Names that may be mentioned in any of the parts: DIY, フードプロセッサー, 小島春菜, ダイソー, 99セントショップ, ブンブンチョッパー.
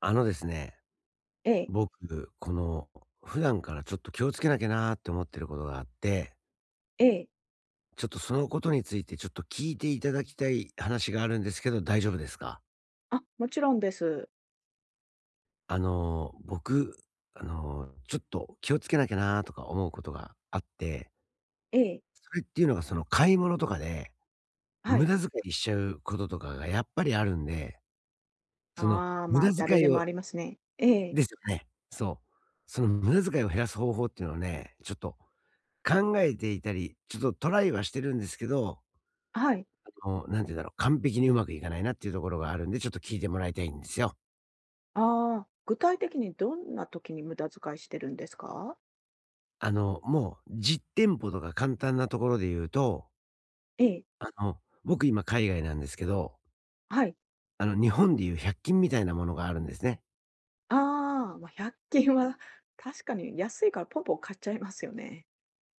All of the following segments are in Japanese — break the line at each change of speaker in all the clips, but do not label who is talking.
ですね、
ええ、
僕、普段からちょっと気をつけなきゃなーって思ってることがあって、
ええ。
ちょっとそのことについてちょっと聞いていただきたい話があるんですけど、大丈夫ですか？
あ、もちろんです。
僕、ちょっと気をつけなきゃなーとか思うことがあって、
ええ、
それっていうのがその買い物とかで、
は
無
い。
駄遣いしちゃうこととかがやっぱりあるんで、その
ああ、
無
まあ、
駄
誰
遣
で
い
も
を
ありますね。ええ、
ですよね。そう。その無駄遣いを減らす方法っていうのをね、ちょっと考えていたり、ちょっとトライはしてるんですけど、
はい。
もう、なんて言うんだろう、完璧にうまくいかないなっていうところがあるんで、ちょっと聞いてもらいたいんですよ。
ああ、具体的にどんな時に無駄遣いしてるんですか？
もう実店舗とか簡単なところで言うと、
ええ、
僕今海外なんですけど、
はい。
日本でいう百均みたいなものがあるんですね。
ああ、まあ、100均は確かに安いからポンポン買っちゃいますよね。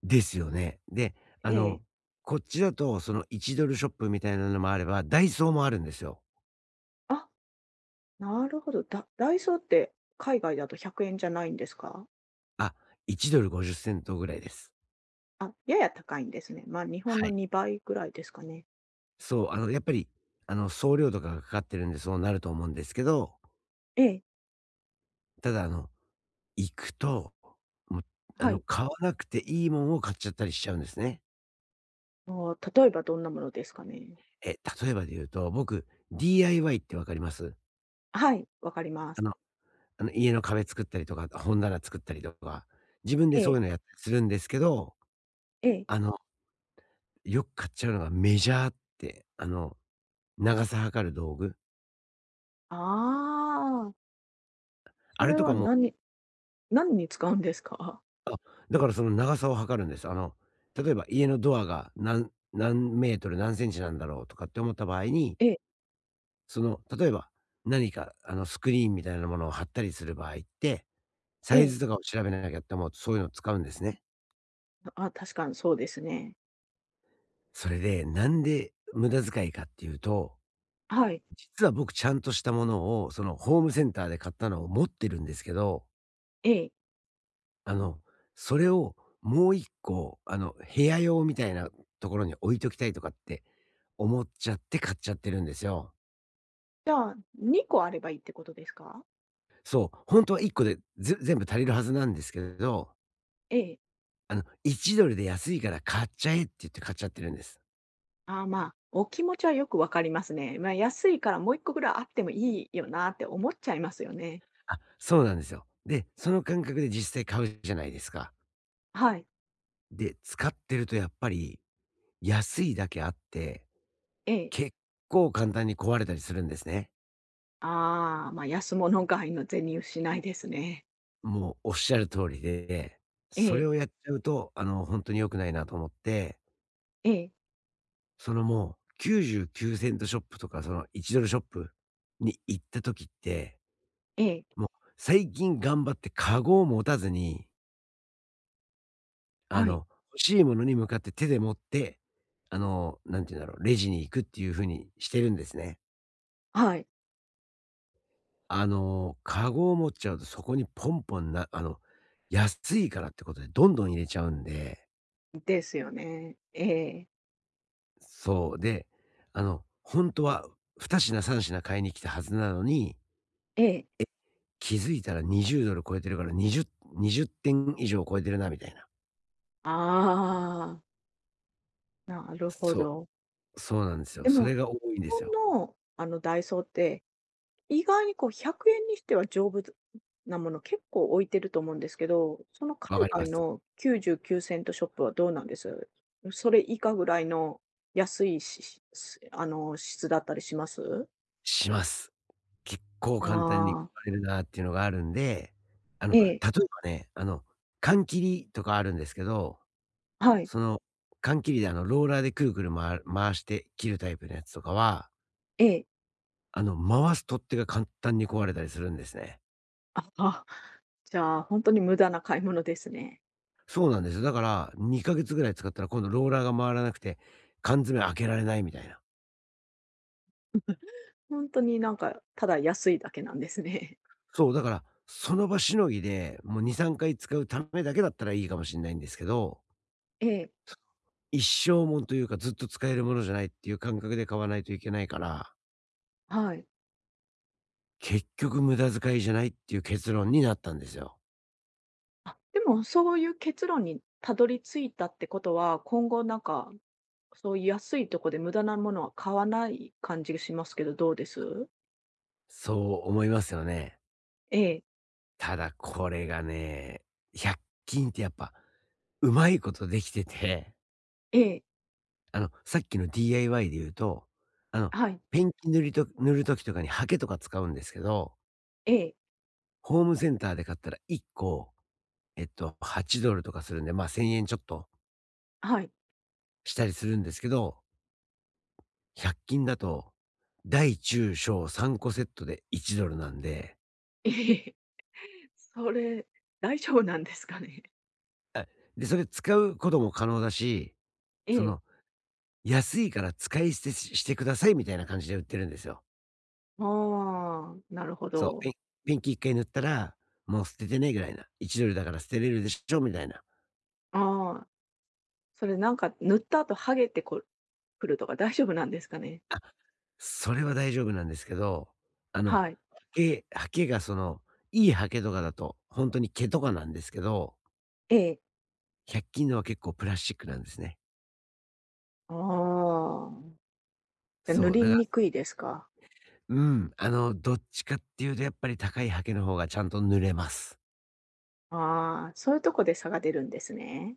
ですよね。で、あ
ええ。
の、こっちだと、その1ドルショップみたいなのもあれば、ダイソーもあるんですよ。
あ、なるほど。ダイソーって海外だと100円じゃないんですか？
あ、1ドル50セントぐらいです。
あ、やや高いんですね。まあ、日本
は
の
い。
2倍ぐらいですかね。
そう、やっぱり、送料とかがかかってるんで、そうなると思うんですけど、
ええ、
ただ、行くと、もう、
はい。
買わなくていいもんを買っちゃったりしちゃうんですね。
ああ、例えばどんなものですかね？
例えばで言うと、僕、DIY ってわかります？
はい、わかりま
あ
す。
の、家の壁作ったりとか、本棚作ったりとか、自分
え
でそうい
え、
うのやったりするんですけど、
ええ。
あの、よく買っちゃうのがメジャーって、長さ測る道具。
ああ、そ
あれ
れ
と
は
かも、
何に使うんですか？
だからその長さを測るんです。例えば家のドアが何メートル何センチなんだろうとかって思った場合に、
ええ、
その、例えば何かあのスクリーンみたいなものを貼ったりする場合って、
え
サイ
え。
ズとかを調べなきゃって思うとそういうのを使うんですね。
あ、確かにそうですね。
それで、なんで無駄遣いかっていうと、
はい、
実は僕ちゃんとしたものをそのホームセンターで買ったのを持ってるんですけど、
ええ。
あの、それをもう一個、部屋用みたいなところに置いときたいとかって思っちゃって買っちゃってるんですよ。
じゃあ、2個あればいいってことですか？
そう、本当は一個で、全部足りるはずなんですけど、
ええ。
いちドルで安いから買っちゃえって言って買っちゃってるんです。
ああ、まあ、お気持ちはよくわかりますね。安いからもう1個ぐらいあってもいいよなって思っちゃいますよね。
あ、そうなんですよ。で、その感覚で実際買うじゃないですか。
はい、
で、使ってるとやっぱり安いだけあって、
ええ。
結構簡単に壊れたりするんですね。
ああ、安物買いの銭失いですね。
もうおっしゃる通りで、
え
それ
え、
をやっちゃうと、ほんとに良くないなと思って、
ええ、
その、もう99セントショップとか、その1ドルショップに行った時って、
ええ。
もう最近頑張ってカゴを持たずに、あ
はい、
の、欲しいものに向かって手で持って、なんて言うんだろう、レジに行くっていう風にしてるんですね。
はい。
カゴを持っちゃうとそこにポンポンな安いからってことでどんどん入れちゃうんで、
ですよね。ええ、
そう。で、ほんとは2品3品買いに来たはずなのに、
ええ。
気づいたら $20 超えてるから20点以上超えてるなみたいな。
ああ、なるほ
そ
ど。
う、そうなんですよ。
で
それ
も、
が多
日
いんです
本
よ。
の、ダイソーって、意外にこう100円にしては丈夫なもの結構置いてると思うんですけど、その
わ
海
かりま
外
す。
の99セントショップはどうなんです？それ以下ぐらいの安いししすあの、質だったりします？
します。結構
あ
簡単に買
あ、
われるなっていうのがあるんで、あの、
え
例
え、
えばね、缶切りとかあるんですけど、
はい、
その、缶切りでローラーでくるくる回して切るタイプのやつとかは、
ええ。
回す取っ手が簡単に壊れたりするんですね。
ああ、じゃあ、本当に無駄な買い物ですね。
そうなんですよ。だから、2ヶ月ぐらい使ったら今度ローラーが回らなくて、缶詰開けられないみたいな。
本当になんか、ただ安いだけなんですね。
そう、だから、その場しのぎで、もう2、3回使うためだけだったらいいかもしれないんですけど、
ええ、
一生もんというかずっと使えるものじゃないっていう感覚で買わないといけないから、
はい。
結局無駄遣いじゃないっていう結論になったんですよ。
あ、でもそういう結論にたどり着いたってことは、今後なんか、そういう安いとこで無駄なものは買わない感じがしますけど、どうです？
そう思いますよね。
ええ、
ただこれがね、100均ってやっぱ、うまいことできてて、
ええ、
さっきの DIY で言うと、あの、
はい、
ペンキ塗りと塗る時とかにハケとか使うんですけど、
ええ、
ホームセンターで買ったら1個、$8 とかするんで、まあ、¥1,000 ちょっと
はい、
したりするんですけど、100均だと、大中小3個セットで $1 なんで、
ええ。それ、大丈夫なんですかね？
で、それ使うことも可能だし、
え
その、
え。
安いから使い捨てしてくださいみたいな感じで売ってるんですよ。
ああ、なるほ
そう、ペ
ど。
ンペンキ1回塗ったら、もう捨ててねぐらいな、$1 だから捨てれるでしょみたいな。
ああ、それなんか塗った後剥げてくるとか大丈夫なんですかね？
それは大丈夫なんですけど、は
はい、
ハケハケがその、いいハケとかだと、本当に毛とかなんですけど、
ええ。
100均のは結構プラスチックなんですね。
ああ、じゃあ塗
そう、
り
だから、
にくいですか？
うん、どっちかっていうとやっぱり高いハケの方がちゃんと濡れます。
ああ、そういうとこで差が出るんですね。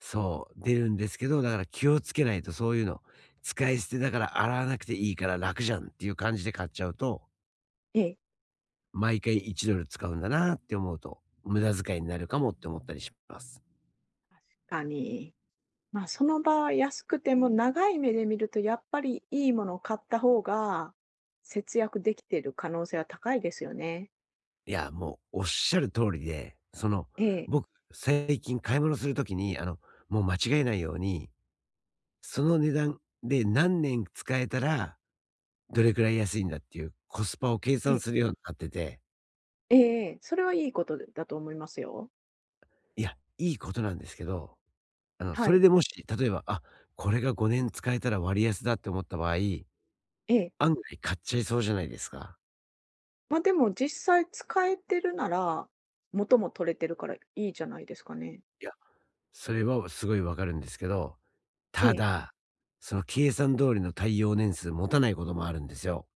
そう、出るんですけど、だから気をつけないとそういうの、使い捨てだから洗わなくていいから楽じゃんっていう感じで買っちゃうと、
ええ。
毎回1ドル使うんだなって思うと、無駄遣いになるかもって思ったりします。
確かに。まあ、その場合、安くても長い目で見ると、やっぱりいいものを買った方が、節約できている可能性は高いですよね。
いや、もうおっしゃる通りで、その、
ええ。
僕、最近買い物するときに、もう間違えないように、その値段で何年使えたら、どれくらい安いんだっていうコスパを計
え
算
え、
するようになってて、
ええええええそれはいいことだと思いますよ。
いや、いいことなんですけど、
は
それ
い。
でもし、例えば、あ、これが5年使えたら割安だって思った場合、
ええ。
案外買っちゃいそうじゃないですか。
まあ、でも実際使えてるなら、元も取れてるからいいじゃないですかね。
いや、それはすごいわかるんですけど、
え
た
え。
だ、その計算通りの耐用年数持たないこともあるんですよ。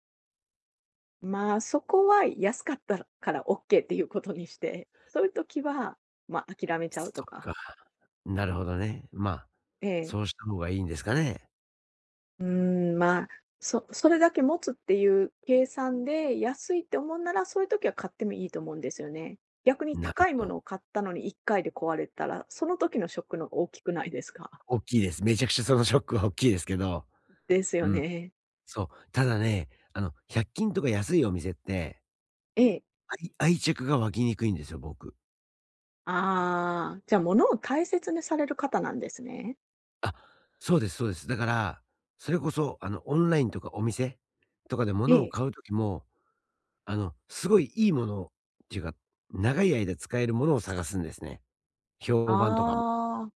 まあ、そこは安かったからオッケーっていうことにして、そういう時は、まあ、諦めちゃ
そ
うと
っ
か。
か、なるほどね。まあ、
ええ。
そうした方がいいんですかね。
うーん、まあ、それだけ持つっていう計算で、安いって思うなら、そういう時は買ってもいいと思うんですよね。逆に
なる
高いも
ほ
のを
ど。
買ったのに1回で壊れたら、その時のショックの方が大きくないですか？
大きいです。めちゃくちゃそのショックは大きいですけど。
ですよ
うん。
ね。
そう、ただね、100均とか安いお店って、
ええ。
愛着が湧きにくいんですよ、僕。
ああ、じゃ、物を大切にされる方なんですね。
あ、そうですそうです。だから、それこそ、オンラインとかお店とかで
え
物を
え。
買う時も、すごいいいものっていうか、長い間使えるものを探すんですね。評判とかも。
ああ、ま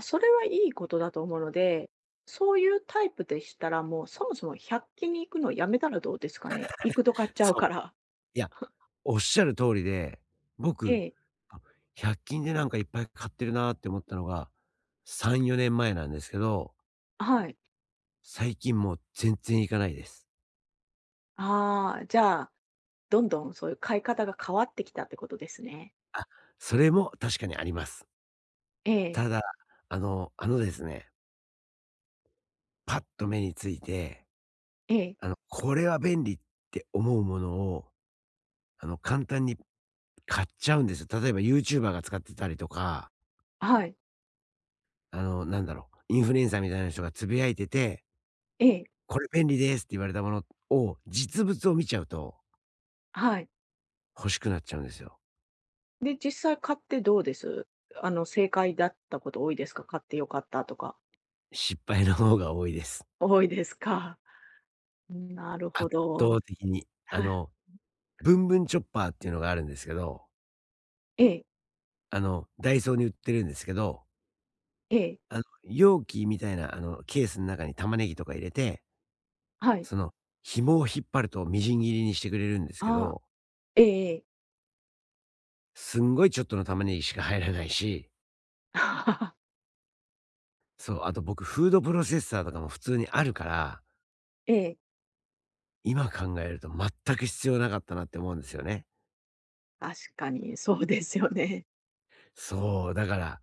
あ、それはいいことだと思うので、そういうタイプでしたら、もうそもそも100均に行くのをやめたらどうですかね。行くと買っちゃう
そ
か
う。
ら。
いや、おっしゃる通りで、
え
僕、
え、
あ、100均でなんかいっぱい買ってるなーって思ったのが、3、4年前なんですけど、
はい。
最近もう全然行かないです。
ああ、じゃあ、どんどんそういう買い方が変わってきたってことですね。
あ、それも確かにあります。
ええ、
ただ、ですね、パッと目について、
ええ、
これは便利って思うものを、簡単に買っちゃうんですよ。例えばユーチューバーが使ってたりとか、
はい、
なんだろう、インフルエンサーみたいな人がつぶやいてて
ええ、
これ便利ですって言われたものを、実物を見ちゃうと
はい。
欲しくなっちゃうんですよ。
で、実際買ってどうです？正解だったこと多いですか？買ってよかったとか。
失敗の方が多いです。
多いですか。なる
圧
ほ
倒
ど。
的に。
はい。
ブンブンチョッパーっていうのがあるんですけど、
ええ、
ダイソーに売ってるんですけど、
ええ、
容器みたいな、ケースの中に玉ねぎとか入れて、
はい。
その、紐を引っ張るとみじん切りにしてくれるんですけ
ああ、
ど、
ええ、ええ。
すんごいちょっとの玉ねぎしか入らないし、そう、あと僕フードプロセッサーとかも普通にあるから、
ええ、
今考えると全く必要なかったなって思うんですよね。
確かにそうですよね。
そう、だから、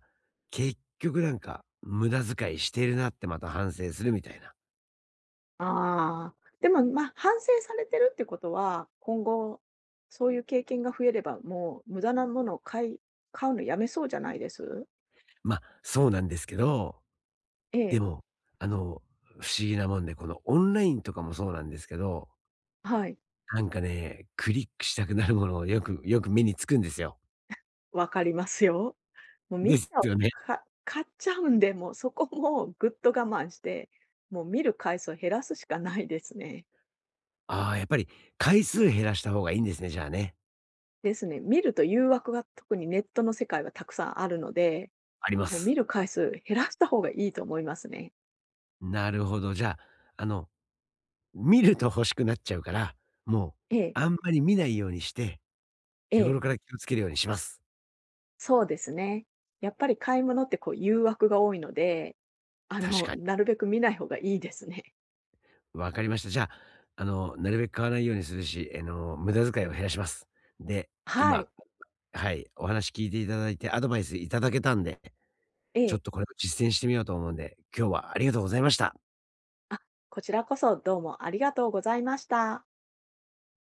結局なんか、無駄遣いしてるなってまた反省するみたいな。
ああ、でも、まあ、反省されてるってことは、今後、そういう経験が増えれば、もう無駄なものを買うのやめそうじゃないです？
ま、あそうなんですけど、
え
で
え、
も、あの、不思議なもんで、このオンラインとかもそうなんですけど、
はい、
なんかね、クリックしたくなるものをよくよく目につくんですよ。
分かりますよ。もう見ち
です
ゃう
よね。
か買っちゃうんで、もうそこもぐっと我慢して、もう見る回数を減らすしかないですね。
ああ、やっぱり回数減らした方がいいんですね、じゃあね。
ですね。見ると誘惑が特にネットの世界はたくさんあるので、
ありま
もう見
す。
る回数減らした方がいいと思いますね。
なるほど、じゃあ、見ると欲しくなっちゃうから、もう、
ええ、
あんまり見ないようにして、
え
日
え。
頃から気をつけるようにします。
そうですね。やっぱり買い物ってこう誘惑が多いので、
確かに。
なるべく見ない方がいいですね。
わかりました。じゃあ、なるべく買わないようにするし、無駄遣いを減らします。で、
は
今、
い。
はい、お話聞いていただいて、アドバイスいただけたんで、
え
ちょっ
え。
とこれを実践してみようと思うんで、今日はありがとうございました。
あ、こちらこそどうもありがとうございました。